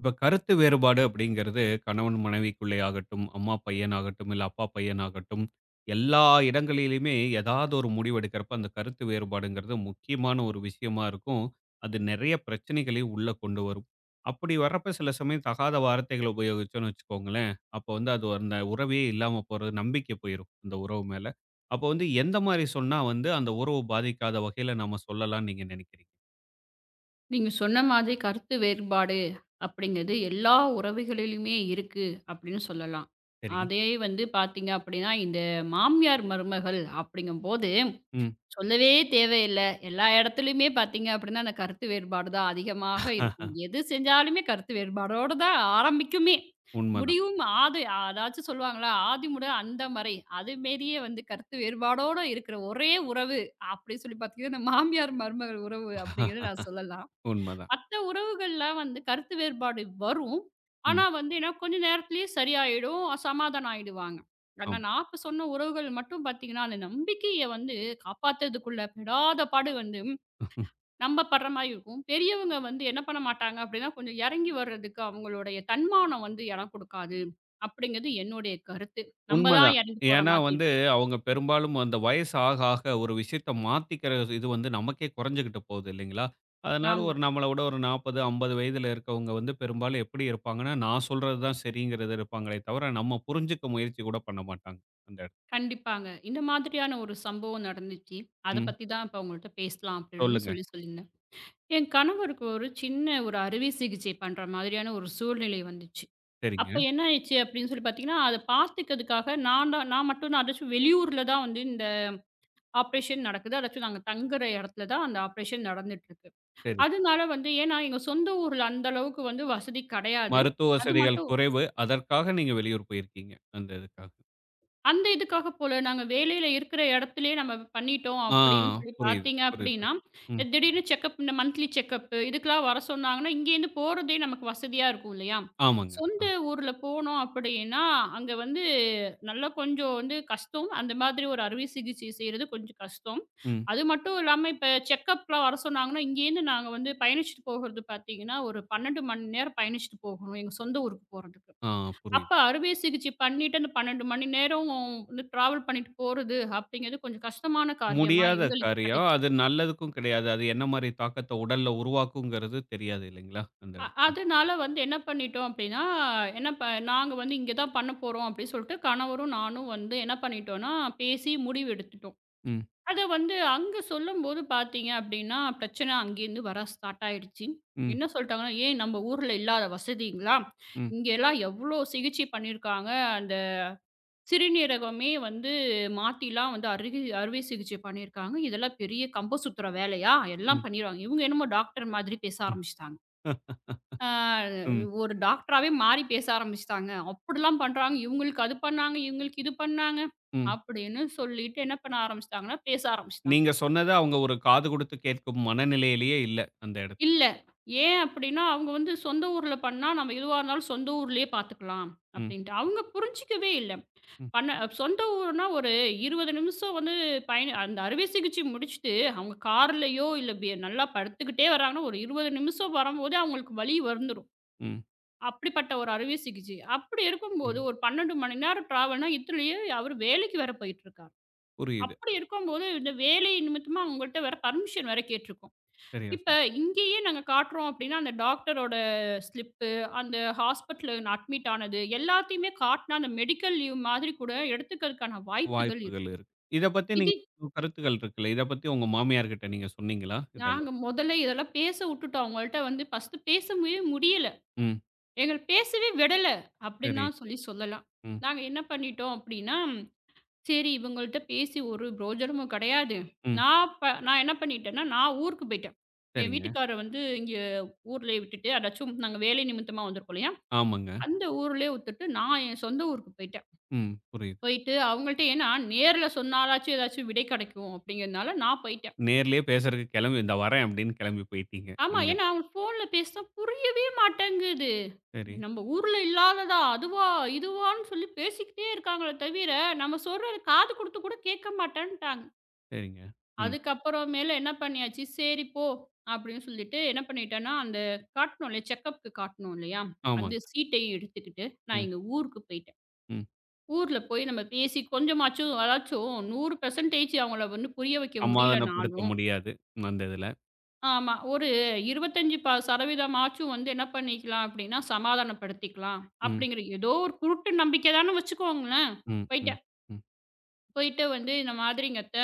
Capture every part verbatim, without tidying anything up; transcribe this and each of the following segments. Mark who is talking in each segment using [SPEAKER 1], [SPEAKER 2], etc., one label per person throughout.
[SPEAKER 1] இப்ப கருத்து வேறுபாடு அப்படிங்கிறது கணவன் மனைவிக்குள்ளே ஆகட்டும், அம்மா பையனாகட்டும், இல்ல அப்பா பையனாகட்டும், எல்லா இடங்களிலுமே ஏதாவது ஒரு முடிவு எடுக்கிறப்ப அந்த கருத்து வேறுபாடுங்கிறது முக்கியமான ஒரு விஷயமா இருக்கும். அது நெறைய பிரச்சனைகளையும் உள்ள கொண்டு வரும். அப்படி வர்றப்ப சில சமயம் தகாத வார்த்தைகள உபயோகிச்சோம்னு வச்சுக்கோங்களேன், அப்போ வந்து அது அந்த உறவே இல்லாம போறது, நம்பிக்கை போயிரும் அந்த உறவு மேல. அப்போ வந்து எந்த மாரி சொன்னா வந்து அந்த உறவு பாதிக்காத வகையில நம்ம சொல்லலாம்னு நீங்க நினைக்கிறீங்க?
[SPEAKER 2] நீங்க சொன்ன மாதிரி கருத்து வேறுபாடு அப்படிங்கிறது எல்லா உறவுகளிலுமே இருக்கு அப்படின்னு சொல்லலாம்.
[SPEAKER 1] சரி.
[SPEAKER 2] அதே வந்து பார்த்தீங்க அப்படின்னா, இந்த மாமியார், மருமகள் அப்படிங்கும்போது
[SPEAKER 1] ம்.
[SPEAKER 2] சொல்லவே தேவையில்ல. எல்லா இடத்துலயுமே பார்த்தீங்க அப்படின்னா, அந்த கருத்து வேறுபாடு தான் அதிகமாக இருக்கும். எது செஞ்சாலுமே கருத்து வேறுபாடோட தான் ஆரம்பிக்குமே.
[SPEAKER 1] உண்மதான்.
[SPEAKER 2] முடிவும் ஆது அதாச்சும் சொல்லுவாங்கள்ல, "ஆதி முதல் அந்தம் வரை" அது மாரியே வந்து கருத்து வேறுபாடோட இருக்கிற ஒரே உறவு அப்படின்னு சொல்லி பார்த்தீங்கன்னா, இந்த மாமியார், மருமகள் உறவு அப்படிங்கிறத நான் சொல்லலாம்.
[SPEAKER 1] உண்மதான்.
[SPEAKER 2] மத்த உறவுகள்ல வந்து கருத்து வேறுபாடு வரும். ஆனா
[SPEAKER 1] ம்.
[SPEAKER 2] வந்து ஏன்னா கொஞ்ச நேரத்திலேயே சரியாயிடும். அஹ் சமாதானம் ஆயிடுவாங்க. ஆனா
[SPEAKER 1] ஆமா.
[SPEAKER 2] நான் இப்ப சொன்ன உறவுகள் மட்டும் பார்த்தீங்கன்னா, அந்த நம்பிக்கைய வந்து காப்பாத்துறதுக்குள்ள படாத பாடு வந்து
[SPEAKER 1] ம்.
[SPEAKER 2] நம்ம படுற மாரி இருக்கும். பெரியவங்க வந்து என்ன பண்ண மாட்டாங்க அப்படின்னா, கொஞ்சம் இறங்கி வர்றதுக்கு அவங்களுடைய தன்மானம் வந்து இடம் கொடுக்காது. அப்படிங்கிறது என்னுடைய கருத்து. நம்ம தான்
[SPEAKER 1] உண்மதான்.
[SPEAKER 2] இறங்கி போற
[SPEAKER 1] ஏன்னா
[SPEAKER 2] மாதிரி
[SPEAKER 1] வந்து
[SPEAKER 2] இருக்கும்.
[SPEAKER 1] அவங்க பெரும்பாலும் அந்த வயசு ஆக, ஆக ஒரு விஷயத்த மாத்திக்கிற இது வந்து நமக்கே குறைஞ்சுகிட்டு போகுது இல்லைங்களா? அதனால
[SPEAKER 2] ஆமா.
[SPEAKER 1] ஒரு நம்மள விட ஒரு நாற்பது, ஐம்பது வயதில இருக்கவங்க வந்து பெரும்பாலும் எப்படி இருப்பாங்கன்னா, நான் சொல்றது தான் சரிங்கிறது இருப்பாங்களே தவிர, நம்ம புரிஞ்சுக்க முயற்சி கூட பண்ண மாட்டாங்க. அந்த இடத்
[SPEAKER 2] கண்டிப்பாங்க. இந்த மாதிரியான ஒரு சம்பவம் நடந்துச்சு. அத
[SPEAKER 1] ம்.
[SPEAKER 2] பத்தி தான் இப்ப உங்கள்ட்ட பேசலாம் அப்படின்னு
[SPEAKER 1] சொல்லுங்க.
[SPEAKER 2] சொல்லி சொல்லியிருந்தேன். என் கணவருக்கு ஒரு சின்ன ஒரு அறுவை சிகிச்சை பண்ற மாதிரியான ஒரு சூழ்நிலை வந்துச்சு.
[SPEAKER 1] சரிங்க,
[SPEAKER 2] அப்ப என்ன ஆயிடுச்சு அப்படின்னு சொல்லி பார்த்தீங்கன்னா, அத பார்த்துக்கிறதுக்காக நான் தான் நான் மட்டும் நான் அதாச்சும் வெளியூர்ல தான் வந்து இந்த ஆப்ரேஷன் நடக்குது. அதாச்சும் நாங்க தங்குற இடத்துல தான் அந்த ஆப்ரேஷன் நடந்துட்டு இருக்கு.
[SPEAKER 1] சரி.
[SPEAKER 2] அதனால வந்து ஏன்னா எங்க சொந்த ஊர்ல அந்த அளவுக்கு வந்து வசதி கிடையாது.
[SPEAKER 1] மருத்துவ
[SPEAKER 2] அது
[SPEAKER 1] வசதிகள்
[SPEAKER 2] மட்டும்
[SPEAKER 1] குறைவு. அதற்காக நீங்க வெளியூர் போயிருக்கீங்க. அந்த இதுக்காக.
[SPEAKER 2] அந்த இதுக்காக போல. நாங்க வேலையில இருக்கிற இடத்திலேயே நம்ம பண்ணிட்டோம்
[SPEAKER 1] ஆ
[SPEAKER 2] அப்படின்னு சொல்லி
[SPEAKER 1] புரியுது,
[SPEAKER 2] பார்த்தீங்க
[SPEAKER 1] புரியுது.
[SPEAKER 2] அப்படின்னா,
[SPEAKER 1] ம்.
[SPEAKER 2] அஹ் திடீர்னு செக்கப் இந்த மந்த்லி செக்கப் இதுக்கெல்லாம் வர சொன்னாங்கன்னா, இங்கேருந்து போறதே நமக்கு வசதியா இருக்கும் இல்லையா?
[SPEAKER 1] ஆமாங்க. அ.
[SPEAKER 2] சொந்த ஊர்ல போனோம் அப்படின்னா, அங்க வந்து நல்லா கொஞ்சம் வந்து கஷ்டம். அந்த மாதிரி ஒரு அறுவை சிகிச்சை செய்றது கொஞ்சம் கஷ்டம்.
[SPEAKER 1] ம்.
[SPEAKER 2] அது மட்டும் இல்லாம இப்ப செக்கப்லாம் வர சொன்னாங்கன்னா, இங்கேருந்து நாங்க வந்து பயணிச்சுட்டு போகுறது பார்த்தீங்கன்னா, ஒரு பன்னிரண்டு மணி நேரம் பயணிச்சுட்டு போகணும் எங்க சொந்த ஊருக்கு போறதுக்கு.
[SPEAKER 1] ஆ
[SPEAKER 2] அப்ப
[SPEAKER 1] புரியுது.
[SPEAKER 2] அறுவை சிகிச்சை பண்ணிட்டு அந்த பன்னிரண்டு மணி நேரம் வந்து டிராவல் பண்ணிட்டு போறது அப்படிங்கிறது கொஞ்சம் கஷ்டமான காரியமா
[SPEAKER 1] முடியாத
[SPEAKER 2] எங்களுக்கு
[SPEAKER 1] காரியம்.
[SPEAKER 2] பட்டுச்சு.
[SPEAKER 1] அது நல்லதுக்கும் கிடையாது. அது என்ன மாரி தாக்கத்த உடல்ல உருவாக்குங்கிறது தெரியாது இல்லைங்களா? அந்த
[SPEAKER 2] அ
[SPEAKER 1] இடத்துல.
[SPEAKER 2] அதனால வந்து என்ன பண்ணிட்டோம் அப்படின்னா, என்ன ப நாங்க வந்து இங்க தான் பண்ண போறோம் அப்படின்னு சொல்லிட்டு கணவரும் நானும் வந்து என்ன பண்ணிட்டோம்னா, பேசி முடிவு எடுத்துட்டோம்.
[SPEAKER 1] ம்,
[SPEAKER 2] அத வந்து அங்க சொல்லும்போது பார்த்தீங்க அப்படின்னா, பிரச்சனை அங்கேருந்து வர ஸ்டார்ட் ஆயிடுச்சு.
[SPEAKER 1] ம்,
[SPEAKER 2] என்ன சொல்ட்டாங்கன்னா, "ஏன் நம்ம ஊர்ல இல்லாத வசதிங்களா?
[SPEAKER 1] ம்,
[SPEAKER 2] இங்கலாம் எவ்ளோ சிகிச்சை பண்ணியிருக்காங்க. அந்த சிறுநீரகமே வந்து மாத்திலாம் வந்து அருகு அறுவை சிகிச்சை பண்ணியிருக்காங்க. இதெல்லாம் பெரிய கம்ப சுத்துற வேலையா? எல்லாம்
[SPEAKER 1] ம்,
[SPEAKER 2] பண்ணிருவாங்க. இவுங்க என்னமோ டாக்டர் மாதிரி பேச
[SPEAKER 1] ம்,
[SPEAKER 2] ஆரம்பிச்சுட்டாங்க.
[SPEAKER 1] அ,
[SPEAKER 2] ஆ
[SPEAKER 1] ம்,
[SPEAKER 2] ஒரு டாக்டராவே மாறி பேச ஆரம்பிச்சுட்டாங்க. அப்படிலாம் பண்றாங்க. இவுங்களுக்கு அது பண்ணாங்க, இவுங்களுக்கு இது பண்ணாங்க.
[SPEAKER 1] ம்.
[SPEAKER 2] அப்படின்னு சொல்லிட்டு என்ன பண்ண ஆரம்பிச்சுட்டாங்கன்னா, பேச ஆரம்பிச்சுட்டாங்க.
[SPEAKER 1] நீங்க சொன்னத அவங்க ஒரு காது குடுத்து கேட்கும் மனநிலையிலேயே இல்ல அந்த இடத்
[SPEAKER 2] இல்ல. ஏன் அப்படின்னா, அவுங்க வந்து சொந்த ஊர்ல பண்ணா, நம்ம எதுவா இருந்தாலும் சொந்த ஊர்லயே பார்த்துக்கலாம்
[SPEAKER 1] ம்,
[SPEAKER 2] அப்படின்ட்டு. அவுங்க புரிஞ்சுக்கவே இல்ல.
[SPEAKER 1] ம்,
[SPEAKER 2] பண்ண சொந்த ஊர்னா ஒரு இருபது நிமிஷம் வந்து பயணி அந்த அறுவை சிகிச்சை முடிச்சுட்டு, அவங்க கார்லயோ இல்ல பி நல்லா படுத்துக்கிட்டே வராங்கன்னா, ஒரு இருபது நிமிஷம் வரும்போதே அவங்களுக்கு வலி வந்துரும்.
[SPEAKER 1] ம்.
[SPEAKER 2] அப்படிப்பட்ட ஒரு அறுவை சிகிச்சை. அப்படி இருக்கும்போது
[SPEAKER 1] ம்.
[SPEAKER 2] ஒரு பன்னிரண்டு மணி நேரம் டிராவல்னா, இதுலயே அவரு வேலைக்கு வேற போயிட்டுருக்காரு.
[SPEAKER 1] புரியுது.
[SPEAKER 2] அப்படி இருக்கும்போது, இந்த வேலை நிமித்தமா அவங்கள்ட்ட வேற பர்மிஷன் வேற கேட்டுருக்கோம்.
[SPEAKER 1] சரியா
[SPEAKER 2] இப்ப
[SPEAKER 1] சொன்னீங்க.
[SPEAKER 2] இங்கேயே நாங்க காட்டுறோம் அப்படின்னா, அந்த டாக்டரோட ஸ்லிப்பு, அந்த ஹாஸ்பிட்டல்ல நான் அட்மிட் ஆனது, எல்லாத்தையுமே காட்டுனா, அந்த மெடிக்கல் லீவ் மாதிரி கூட எடுத்துக்கிறதுக்கான வாய்ப்புகள்
[SPEAKER 1] வாய்ப்புகள்
[SPEAKER 2] இருக்கு.
[SPEAKER 1] இருக்கு. இத பத்தி
[SPEAKER 2] இது
[SPEAKER 1] நீங்க உங்க கருத்துக்கள் இருக்குல்ல. இத பத்தி உங்க மாமியார் கிட்ட நீங்க சொன்னீங்களா? இதெல்லாம்.
[SPEAKER 2] நாங்க முதல்ல இதெல்லாம் பேச விட்டுட்டோம். அவங்கள்ட்ட வந்து ஃபர்ஸ்ட்டு பேசவே முடியல.
[SPEAKER 1] ம்.
[SPEAKER 2] எங்கள பேசவே விடல அப்படின்னு
[SPEAKER 1] சரி.
[SPEAKER 2] தான் சொல்லி சொல்லலாம்.
[SPEAKER 1] ம்,
[SPEAKER 2] நாங்க என்ன பண்ணிட்டோம் அப்படின்னா, சரி இவங்கள்ட்ட பேசி ஒரு பிரயோஜனமும் கிடையாது.
[SPEAKER 1] ம்.
[SPEAKER 2] நான் ப நான் என்ன பண்ணிட்டேன்னா, நான் ஊருக்கு போயிட்டேன். என்
[SPEAKER 1] சரிங்க.
[SPEAKER 2] வீட்டுக்காரர் வந்து இங்க ஊர்லயே விட்டுட்டு, அதாச்சும் நாங்க வேலை நிமித்தமா வந்திருக்கோம் இல்லையா?
[SPEAKER 1] ஆமாங்க.
[SPEAKER 2] அந்த ஊர்லயே விட்டுட்டு நான் என் சொந்த ஊருக்கு போயிட்டேன்.
[SPEAKER 1] ம். புரியுது.
[SPEAKER 2] போயிட்டு அவங்கள்ட்ட ஏன்னா நேர்ல சொன்னாலாச்சும் ஏதாச்சும் விடை கிடைக்கும் அப்படிங்கிறதுனால நான் போயிட்டேன்.
[SPEAKER 1] நேர்லயே பேசுறதுக்கு கிளம்பி இந்த வரேன் அப்படின்னு கிளம்பி போயிட்டீங்க.
[SPEAKER 2] ஆமா,
[SPEAKER 1] அங்க.
[SPEAKER 2] ஏன்னா அவங்க ஃபோன்ல பேசினா புரியவே மாட்டேங்குது.
[SPEAKER 1] சரி,
[SPEAKER 2] நம்ம ஊர்ல இல்லாததா, அதுவா, இதுவான்னு சொல்லி பேசிக்கிட்டே இருக்காங்களே தவிர, நம்ம சொல்றத காது குடுத்து கூட கேட்க மாட்டேன்ட்டாங்க.
[SPEAKER 1] சரிங்க. ம்.
[SPEAKER 2] அதுக்கப்புறமேல என்ன பண்ணியாச்சு, "சரி போ" அப்படின்னு சொல்லிட்டு என்ன பண்ணிட்டேன்னா, அந்த காட்டணும் இல்லையா, செக்கப்க்கு காட்டணும் இல்லையா, அந்த
[SPEAKER 1] ஆமாங்க.
[SPEAKER 2] சீட்டையும் எடுத்துக்கிட்டு நான்
[SPEAKER 1] ம்,
[SPEAKER 2] எங்க ஊருக்கு போயிட்டேன்.
[SPEAKER 1] ம்.
[SPEAKER 2] ஊர்ல போய் நம்ம பேசி கொஞ்சமாச்சும் அதாச்சும் நூறு சதவீதம் அவங்கள வந்து புரிய வைக்க
[SPEAKER 1] சமாதானப்படுத்த
[SPEAKER 2] முடியலனாலும்,
[SPEAKER 1] முடியாது. அந்த இதுல.
[SPEAKER 2] ஆமா. ஒரு இருபத்தி ஐந்து சதவீதம் வந்து என்ன பண்ணிக்கலாம் அப்படின்னா, சமாதானப்படுத்திக்கலாம்.
[SPEAKER 1] ம்,
[SPEAKER 2] அப்படிங்கிற ஏதோ ஒரு குருட்டு நம்பிக்கை தான்னு வச்சுக்கோங்களேன்.
[SPEAKER 1] ம், ம்,
[SPEAKER 2] போயிட்டேன்.
[SPEAKER 1] ம்,
[SPEAKER 2] போயிட்டு வந்து இந்த மாதிரிங்க அத்த,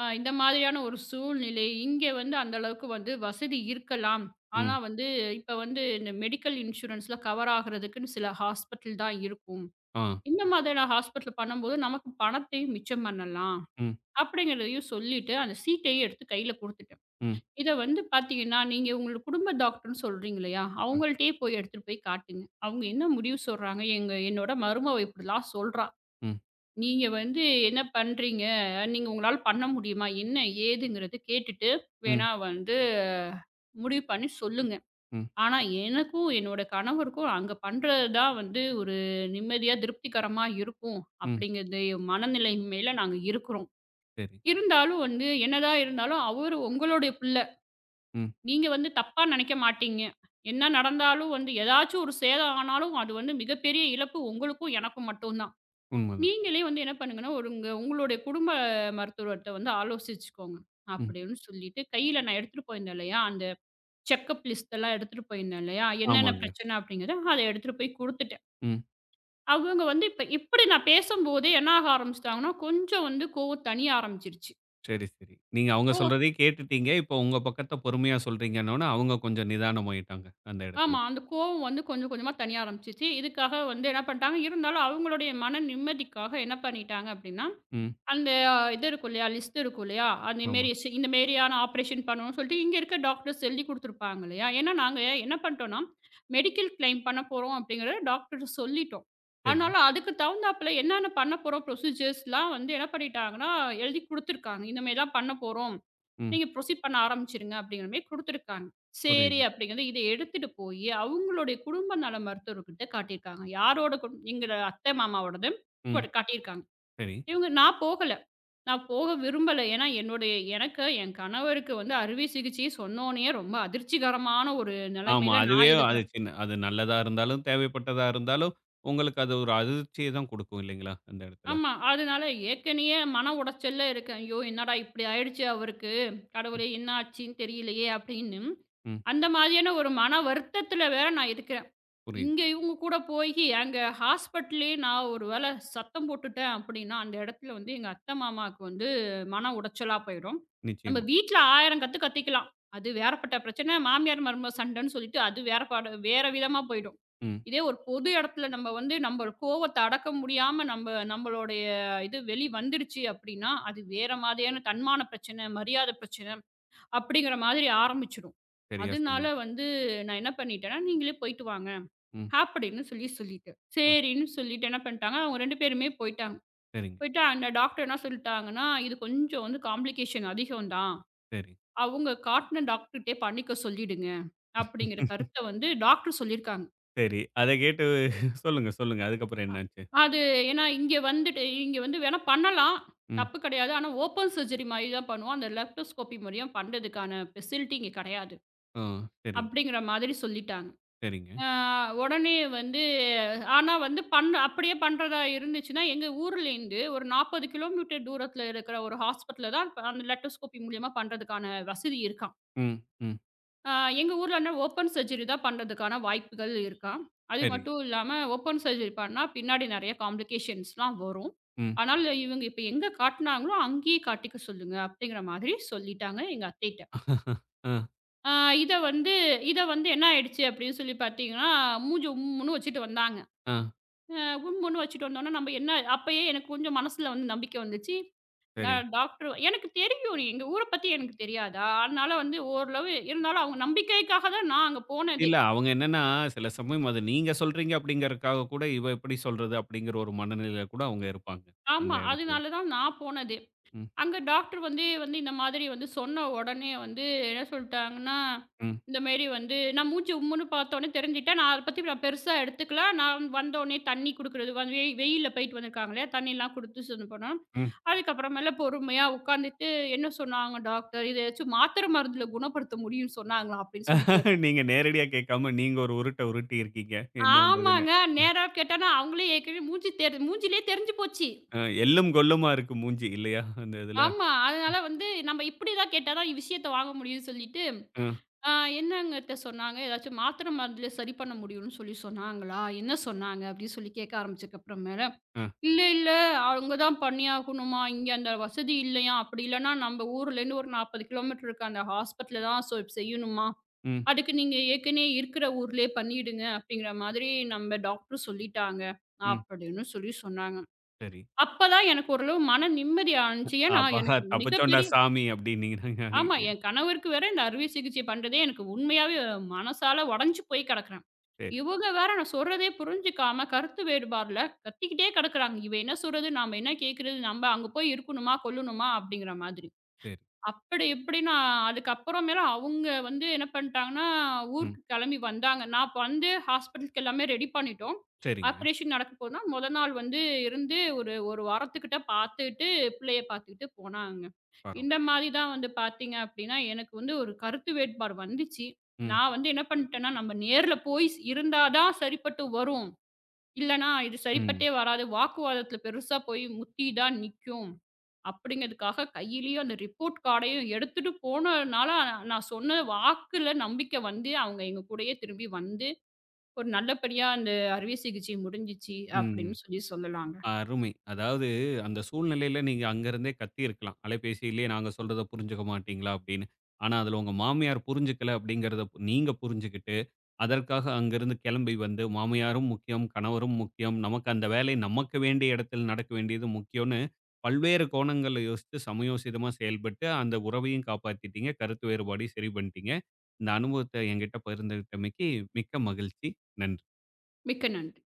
[SPEAKER 2] அ இந்த மாதிரியான ஒரு சூழ்நிலை. இங்க வந்து அந்த அளவுக்கு வந்து வசதி இருக்கலாம். ஆனா
[SPEAKER 1] ம்.
[SPEAKER 2] வந்து இப்ப வந்து இந்த மெடிக்கல் இன்சூரன்ஸ்ல கவர் ஆகுறதுக்குன்னு சில ஹாஸ்பிட்டல் தான் இருக்கும்.
[SPEAKER 1] ஆ.
[SPEAKER 2] இந்த மாதிரியான ஹாஸ்பிட்டல் பண்ணும்போது நமக்கு பணத்தையும் மிச்சம் பண்ணலாம்.
[SPEAKER 1] ம்,
[SPEAKER 2] அப்படிங்கிறதையும் சொல்லிட்டு, அந்த சீட்டையும் எடுத்து கையில குடுத்துட்டேன்.
[SPEAKER 1] ம்,
[SPEAKER 2] இத வந்து பார்த்தீங்கன்னா, நீங்க உங்களோட குடும்ப டாக்டர்ன்னு சொல்றீங்க இல்லையா?
[SPEAKER 1] அ,
[SPEAKER 2] அவங்கள்ட்டயே போய் எடுத்துட்டு போய் காட்டுங்க. அவங்க என்ன முடிவு சொல்றாங்க, எங்க என்னோட மருமவ இப்படிலாம் சொல்றா.
[SPEAKER 1] ம்,
[SPEAKER 2] நீங்க வந்து என்ன பண்றீங்க? நீங்க உங்களால பண்ண முடியுமா? என்ன ஏதுங்கிறத கேட்டுட்டு,
[SPEAKER 1] ம்,
[SPEAKER 2] வேணா வந்து முடிவு பண்ணி சொல்லுங்க.
[SPEAKER 1] ம்,
[SPEAKER 2] ஆனா எனக்கும், என்னோட கணவருக்கும் அங்க பண்றது தான் வந்து ஒரு நிம்மதியா, திருப்திகரமா இருக்கும்.
[SPEAKER 1] ம்.
[SPEAKER 2] அப்படிங்கிறது மனநிலை மேல நாங்க இருக்கிறோம்.
[SPEAKER 1] சரி.
[SPEAKER 2] இருந்தாலும் வந்து, என்னதான் இருந்தாலும் அவரு உங்களுடைய பிள்ள.
[SPEAKER 1] ம்.
[SPEAKER 2] நீங்க வந்து தப்பா நெனைக்க மாட்டீங்க. என்ன நடந்தாலும் வந்து ஏதாச்சும் ஒரு சேதம் ஆனாலும், அது வந்து மிகப்பெரிய இழப்பு உங்களுக்கும், எனக்கும் மட்டும் தான்.
[SPEAKER 1] உண்மதான்.
[SPEAKER 2] நீங்களே வந்து என்ன பண்ணுங்கன்னா, ஒரு உங்க உங்களுடைய குடும்ப மருத்துவர்ட்ட வந்து ஆலோசிச்சுக்கோங்க.
[SPEAKER 1] ம்.
[SPEAKER 2] அப்படின்னு சொல்லிட்டு, கையில நான் எடுத்துட்டு போயிருந்தேன் இல்லையா? அந்த செக்கப் லிஸ்ட் எல்லாம் எடுத்துட்டு போயிருந்தேன் இல்லையா? என்னென்ன
[SPEAKER 1] ஆமாங்க.
[SPEAKER 2] பிரச்சனை அப்படிங்கிறத, அத எடுத்துட்டு போய் குடுத்துட்டேன்.
[SPEAKER 1] ம்.
[SPEAKER 2] அவங்க வந்து இப்ப இப்படி நான் பேசும்போதே என்ன ஆக ஆரம்பிச்சுட்டாங்கன்னா, கொஞ்சம் வந்து கோவம் தணிய ஆரம்பிச்சுருச்சு.
[SPEAKER 1] சரி, சரி. நீங்க அவங்க
[SPEAKER 2] ஓ!
[SPEAKER 1] சொல்றதையும் கேட்டுட்டீங்க. இப்போ உங்க பக்கத்த பொறுமையா சொல்றீங்கன்னோன, அவங்க கொஞ்சம் நிதானமாயிட்டாங்க. அந்த இடத்துல.
[SPEAKER 2] ஆமா. அந்த கோவம் வந்து கொஞ்சம் கொஞ்சமா தணிய ஆரம்பிச்சுச்சு. இதுக்காக வந்து என்ன பண்ட்டாங்க, இருந்தாலும் அவங்களுடைய மன நிம்மதிக்காக என்ன பண்ணிட்டாங்க அப்டின்னா,
[SPEAKER 1] ம்.
[SPEAKER 2] அந்த அஹ், இது இருக்கும் இல்லையா, லிஸ்ட் இருக்கும் இல்லையா, அந்த
[SPEAKER 1] ஆமா.
[SPEAKER 2] மேரி ஸ் இந்த மேரியான ஆப்ரேஷன் பண்ணணும்னு சொல்லிட்டு இங்க இருக்க டாக்டர்ஸ் எழுதி குடுத்துருப்பாங்க இல்லையா? ஏன்னா நாங்க என்ன பண்ணிட்டோம்னா, மெடிக்கல் கிளைம் பண்ண போறோம் அப்படிங்கிறத டாக்டர்ட்ட சொல்லிட்டோம்.
[SPEAKER 1] சரி.
[SPEAKER 2] அதனால அதுக்கு தகுந்தாப்புல என்னென்ன பண்ண போறோம் ப்ரொசீஜர்ஸ்லாம் வந்து என்ன பண்ணிட்டாங்கன்னா, எழுதி குடுத்துருக்காங்க. இந்த மாரி தான் பண்ண போறோம்.
[SPEAKER 1] ம்.
[SPEAKER 2] நீங்க ப்ரொசீட் பண்ண ஆரம்பிச்சுருங்க அப்படிங்கிற மாரி குடுத்துருக்காங்க. சரி
[SPEAKER 1] புரியுது.
[SPEAKER 2] அப்படிங்கிறது இத எடுத்துட்டு போயி அவங்களுடைய குடும்ப நல மருத்துவர்கிட்ட காட்டியிருக்காங்க. யாரோட குடும் எங்க அத்தை மாமாவோடது
[SPEAKER 1] ம்.
[SPEAKER 2] போட்டு காட்டியிருக்காங்க.
[SPEAKER 1] சரி.
[SPEAKER 2] இவங்க நான் போகல. நான் போக விரும்பல. ஏன்னா என்னுடைய எனக்கு என் கணவருக்கு வந்து அறுவை சிகிச்சையை சொன்னோனயே ரொம்ப அதிர்ச்சிகரமான ஒரு
[SPEAKER 1] ஆமா.
[SPEAKER 2] நிலைமையில
[SPEAKER 1] அதுவே
[SPEAKER 2] நான்
[SPEAKER 1] அது
[SPEAKER 2] இருக்கிறேன்.
[SPEAKER 1] சின்ன அது நல்லதா இருந்தாலும், தேவைப்பட்டதா இருந்தாலும், உங்களுக்கு அது ஒரு அதிர்ச்சிய தான் குடுக்கும் இல்லைங்களா? அந்த இடத்துல.
[SPEAKER 2] ஆமா. அதனால ஏற்கனயே மன உடைச்சல்ல இருக்கேன். ஐயோ! என்னடா இப்படி ஆயிடுச்சு அவருக்கு. கடவுளே! என்ன ஆச்சுன்னு தெரியலையே அப்படின்னு.
[SPEAKER 1] ம்.
[SPEAKER 2] அந்த மாதிரியான ஒரு மன வருத்தத்துல வேற நான் இருக்கிறேன்.
[SPEAKER 1] புரியுது.
[SPEAKER 2] இங்க இவங்க கூட போயி, அங்க ஹாஸ்பிட்டல்லயே நான் ஒரு வேள சத்தம் போட்டுட்டேன் அப்டின்னா, அந்த இடத்துல வந்து எங்க அத்தை, மாமாவுக்கு வந்து மன உடைச்சலா போயிடும். நம்ம
[SPEAKER 1] நிச்சயமா.
[SPEAKER 2] வீட்ல ஆயிரம் கத்து கத்திக்கலாம். அது வேறப்பட்ட பிரச்சனை. மாமியார், மருமக சண்டன்னு சொல்லிட்டு, அது வேற பாடு வேற விதமா போயிடும்.
[SPEAKER 1] ம்.
[SPEAKER 2] இதே ஒரு பொது இடத்துல நம்ம வந்து நம்ம கோவத்த அடக்க முடியாம நம்ம நம்மளுடைய இது வெளி வந்துருச்சு அப்டின்னா, அது வேற மாதிரியான தன்மான பிரச்சனை, மரியாதை பிரச்சனை அப்டிங்கிற மாதிரி ஆரம்பிச்சுடும்.
[SPEAKER 1] சரியா
[SPEAKER 2] அதனால
[SPEAKER 1] சொன்னீங்க.
[SPEAKER 2] வந்து நான் என்ன பண்ணிட்டேன்னா, நீங்களே போயிட்டு வாங்க.
[SPEAKER 1] ம்.
[SPEAKER 2] அப்படின்னு சொல்லி சொல்லிட்டேன்.
[SPEAKER 1] ப
[SPEAKER 2] சரின்னு சொல்லிட்டு என்ன பண்ணிட்டாங்க, அவங்க ரெண்டு பேருமே போயிட்டாங்க.
[SPEAKER 1] சரிங்க.
[SPEAKER 2] போயிட்டு அந்த டாக்டர் என்ன சொல்லிட்டாங்கன்னா, "இது கொஞ்சம் வந்து காம்ப்ளிகேஷன் அதிகம் தான்.
[SPEAKER 1] சரி,
[SPEAKER 2] அவங்க காட்டுன டாக்டர்ட்டயே பண்ணிக்க சொல்லிடுங்க." அப்படிங்கிற கருத்த வந்து டாக்டர் சொல்லியிருக்காங்க.
[SPEAKER 1] சரி. அத கேட்டு சொல்லுங்க, சொல்லுங்க. அதுக்கப்புறம்
[SPEAKER 2] அ
[SPEAKER 1] என்னாச்சு?
[SPEAKER 2] அது ஏன்னா இங்க வந்துட்டு இங்க வந்து வேணா பண்ணலாம்.
[SPEAKER 1] ம்.
[SPEAKER 2] தப்பு கிடையாது. ஆனா ஓப்பன் சர்ஜரி மாரி தான் பண்ணுவோம். அந்த லெப்டோஸ்கோபி மாரியும் பண்றதுக்கான ஃபெசிலிட்டி இங்க கிடையாது.
[SPEAKER 1] ஆ. சரி,
[SPEAKER 2] அப்படிங்கிற மாதிரி சொல்லிட்டாங்க.
[SPEAKER 1] சரிங்க.
[SPEAKER 2] ஆ உடனே வந்து ஆனா வந்து பண் அப்படியே பண்றதா இருந்துச்சுன்னா, எங்க ஊர்லேருந்து ஒரு நாற்பது கிலோமீட்டர் தூரத்தில இருக்கிற ஒரு ஹாஸ்பிட்டல்ல தான் இப்ப அந்த லேப்ரோஸ்கோபி மூலியமா பண்றதுக்கான வசதி இருக்காம்.
[SPEAKER 1] ம், ம்.
[SPEAKER 2] ஆ எங்க ஊர்லனா ஓப்பன் சர்ஜரி தான் பண்றதுக்கான வாய்ப்புகள் இருக்காம். அது
[SPEAKER 1] சரி.
[SPEAKER 2] மட்டும் இல்லாம ஓப்பன் சர்ஜரி பண்ணா பின்னாடி நெறைய காம்ப்ளிகேஷன்ஸ்லாம் வரும்.
[SPEAKER 1] ம்.
[SPEAKER 2] அதனால இவங்க இப்ப எங்க காட்டுனாங்களோ அங்கேயே காட்டிக்க சொல்லுங்க அப்படிங்கிற மாதிரி சொல்லிட்டாங்க எங்க அத்தைட்ட.
[SPEAKER 1] ஆ,
[SPEAKER 2] ஆ இத வந்து இத வந்து என்ன ஆயிடுச்சு அப்படின்னு சொல்லி பார்த்தீங்கன்னா, மூஞ்ச உம்முன்னு வச்சுட்டு வந்தாங்க.
[SPEAKER 1] ஆ.
[SPEAKER 2] அ உம்முன்னு வச்சுட்டு வந்தோம்னா, நம்ம என்ன அப்பயே எனக்கு கொஞ்சம் மனசுல வந்து நம்பிக்கை வந்துச்சு.
[SPEAKER 1] சரி.
[SPEAKER 2] நான் டாக்டர் எனக்கு தெரியும். எங்க ஊர பத்தி எனக்கு தெரியாதா? அதனால வந்து ஓரளவு இருந்தாலும் அவங்க நம்பிக்கைக்காக தான் நான் அங்க போனதே.
[SPEAKER 1] இல்ல அவங்க என்னன்னா, சில சமயம் அது நீங்க சொல்றீங்க அப்படிங்கிறதுக்காக கூட, இவ எப்படி சொல்றது அப்படிங்கிற ஒரு மனநிலையில கூட அவங்க இருப்பாங்க. அந்த
[SPEAKER 2] ஆமா.
[SPEAKER 1] இடத்துல.
[SPEAKER 2] அதனால தான் நான் போனதே.
[SPEAKER 1] ம்,
[SPEAKER 2] அங்க டாக்டர் வந்து வந்து இந்த மாதிரி வந்து சொன்ன உடனே வந்து என்ன சொல்ட்டாங்கன்னா,
[SPEAKER 1] ம்,
[SPEAKER 2] இந்த மாரி வந்து நான் மூச்சு உம்முன்னு பார்த்தோனே தெரிஞ்சுட்டேன். நான் அத பத்தி நான் பெருசா எடுத்துக்கல. நான் வந்தோனே தண்ணி குடுக்குறது வந்து வெய் வெயில்ல போயிட்டு வந்திருக்காங்க இல்லையா? தண்ணிலாம் குடுத்து இது பண்ணோம்.
[SPEAKER 1] ம்.
[SPEAKER 2] அதுக்கப்புறமேல பொறுமையா உட்காந்துட்டு என்ன சொன்னாங்க டாக்டர்? "இத ஏதாச்சும் மாத்திரை மருந்துல குணப்படுத்த முடியும்னு சொன்னாங்களா?" அப்படின்னு சொல்லி கேட்டேன்.
[SPEAKER 1] நீங்க நேரடியா கேட்காம, நீங்க ஒரு உருட்ட உருட்டி இருக்கீங்க. என்ன பண்றதுன்னு.
[SPEAKER 2] ஆமாங்க. நேரா கேட்டேன்னா, அவங்களே ஏற்கனவே மூஞ்சி தெரி மூஞ்சிலயே தெரிஞ்சு போச்சு.
[SPEAKER 1] அ எள்ளும் கொள்ளுமா இருக்கு மூஞ்சி இல்லையா? அந்த இதுல.
[SPEAKER 2] ஆமா. அதனால வந்து நம்ம இப்படி தான் கேட்டா தான் விஷயத்த வாங்க முடியும்னு சொல்லிட்டு,
[SPEAKER 1] அ,
[SPEAKER 2] ஆ என்னங்கட்ட சொன்னாங்க, "ஏதாச்சும் மாத்திரை மருந்துல சரி பண்ண முடியும்னு சொல்லி சொன்னாங்களா? என்ன சொன்னாங்க?" அப்படின்னு சொல்லி கேட்க ஆரம்பிச்சதுக்கு அப்புறமேல,
[SPEAKER 1] அ,
[SPEAKER 2] "இல்ல, இல்ல அங்க தான் பண்ணியாகணுமா, இங்க அந்த வசதி இல்லையாம். அப்படி இல்லன்னா நம்ம ஊர்லேருந்து ஒரு நாற்பது கிலோமீட்டர் இருக்க அந்த ஹாஸ்பிட்டல்ல தான் சொ செய்யணுமா.
[SPEAKER 1] ம்,
[SPEAKER 2] அதுக்கு நீங்க ஏற்கனவே இருக்கிற ஊர்லயே பண்ணிடுங்க." அப்படிங்கிற மாதிரி நம்ம டாக்டர் சொல்லிட்டாங்க
[SPEAKER 1] ம்.
[SPEAKER 2] அப்படின்னு சொல்லி சொன்னாங்க.
[SPEAKER 1] சரி.
[SPEAKER 2] அப்பதான் எனக்கு ஓரளவு மன நிம்மதி ஆனுச்சு. ஏன்னா
[SPEAKER 1] அப்பா
[SPEAKER 2] எனக்கு
[SPEAKER 1] தப்பிச்சோம்டா
[SPEAKER 2] மிகப்பெரிய
[SPEAKER 1] சாமி அப்டின்னீங்கன்னா
[SPEAKER 2] ஆமா.
[SPEAKER 1] நீங்க.
[SPEAKER 2] என் கணவருக்கு வேற இந்த அறுவை சிகிச்சை பண்றதே எனக்கு உண்மையாவே மனசால உடைஞ்சு போய் கிடக்குறேன்.
[SPEAKER 1] சரி,
[SPEAKER 2] இவங்க வேற நான் சொல்றதே புரிஞ்சுக்காம கருத்து வேறுபாடுல கத்திக்கிட்டே கிடக்குறாங்க. இவ என்ன சொல்றது? நாம என்ன கேட்கிறது? நம்ம அங்க போய் இருக்கணுமா? கொல்லணுமா? அப்படிங்கிற மாதிரி.
[SPEAKER 1] சரி.
[SPEAKER 2] அப்படி இப்படின்னு அதுக்கப்புறமேல அவங்க வந்து என்ன பண்ணிட்டாங்கன்னா,
[SPEAKER 1] ம்.
[SPEAKER 2] ஊருக்கு கிளம்பி வந்தாங்க. நான் அப்ப வந்து ஹாஸ்பிட்டலுக்கு எல்லாமே ரெடி பண்ணிட்டோம்.
[SPEAKER 1] சரிங்க.
[SPEAKER 2] ஆப்ரேஷன் நடக்க போதுன்னா, மொத நாள் வந்து இருந்து ஒரு 1 வாரத்துக்கிட்ட பார்த்துட்டு, பிள்ளைய பார்த்துக்கிட்டு போனாங்க.
[SPEAKER 1] பரவால்ல.
[SPEAKER 2] இந்த மாதிரி தான் வந்து பார்த்தீங்க அப்படின்னா, எனக்கு வந்து ஒரு கருத்து வேட்பாடு வந்துச்சு.
[SPEAKER 1] ம்,
[SPEAKER 2] நான் வந்து என்ன பண்ணிட்டேன்னா, நம்ம நேர்ல போய் ஸ் இருந்தா தான் சரிப்பட்டு வரும். இல்லன்னா இது
[SPEAKER 1] ம்,
[SPEAKER 2] சரிப்பட்டே வராது. வாக்குவாதத்தில பெருசா போய் முத்தி தான் நிக்கும். அப்படிங்கிறதுக்காக கையிலேயே அந்த ரிப்போர்ட் கார்டையும் எடுத்துட்டு போனதுனால, நான் நான் சொன்ன வாக்குல நம்பிக்கை வந்து, அவங்க எங்க கூடயே திரும்பி வந்து, ஒரு நல்லபடியா அந்த அறுவை சிகிச்சை முடிஞ்சுச்சு
[SPEAKER 1] ம்.
[SPEAKER 2] அப்படின்னு சொல்லி சொல்லலாங்க.
[SPEAKER 1] அருமை. அதாவது அந்த சூழ்நிலையில நீங்க அங்கருந்தே கத்தியிருக்கலாம். அலைபேசியிலேயே நாங்க சொல்றத புரிஞ்சுக்க மாட்டீங்களா? அப்டின்னு. ஆனா, அதுல உங்க மாமியார் புரிஞ்சுக்கல அப்டிங்கிறத நீங்க புரிஞ்சுகிட்டு அதற்காக அங்கிருந்து கிளம்பி வந்து, மாமியாரும் முக்கியம், கணவரும் முக்கியம். நமக்கு அந்த வேலை நமக்கு வேண்டிய இடத்தில் நடக்க வேண்டியது முக்கியம்னு பல்வேறு கோணங்கள்ல யோசித்து சமயோசிதமா செயல்பட்டு அந்த உறவையும் காப்பாத்திட்டீங்க. கருத்து வேறுபாடையும் சரி பண்ணிட்டீங்க. இந்த அனுபவத்த என்கிட்ட பகிர்ந்துகிட்டமைக்கு மிக்க மகிழ்ச்சி. நன்றி.
[SPEAKER 2] மிக்க நன்றி.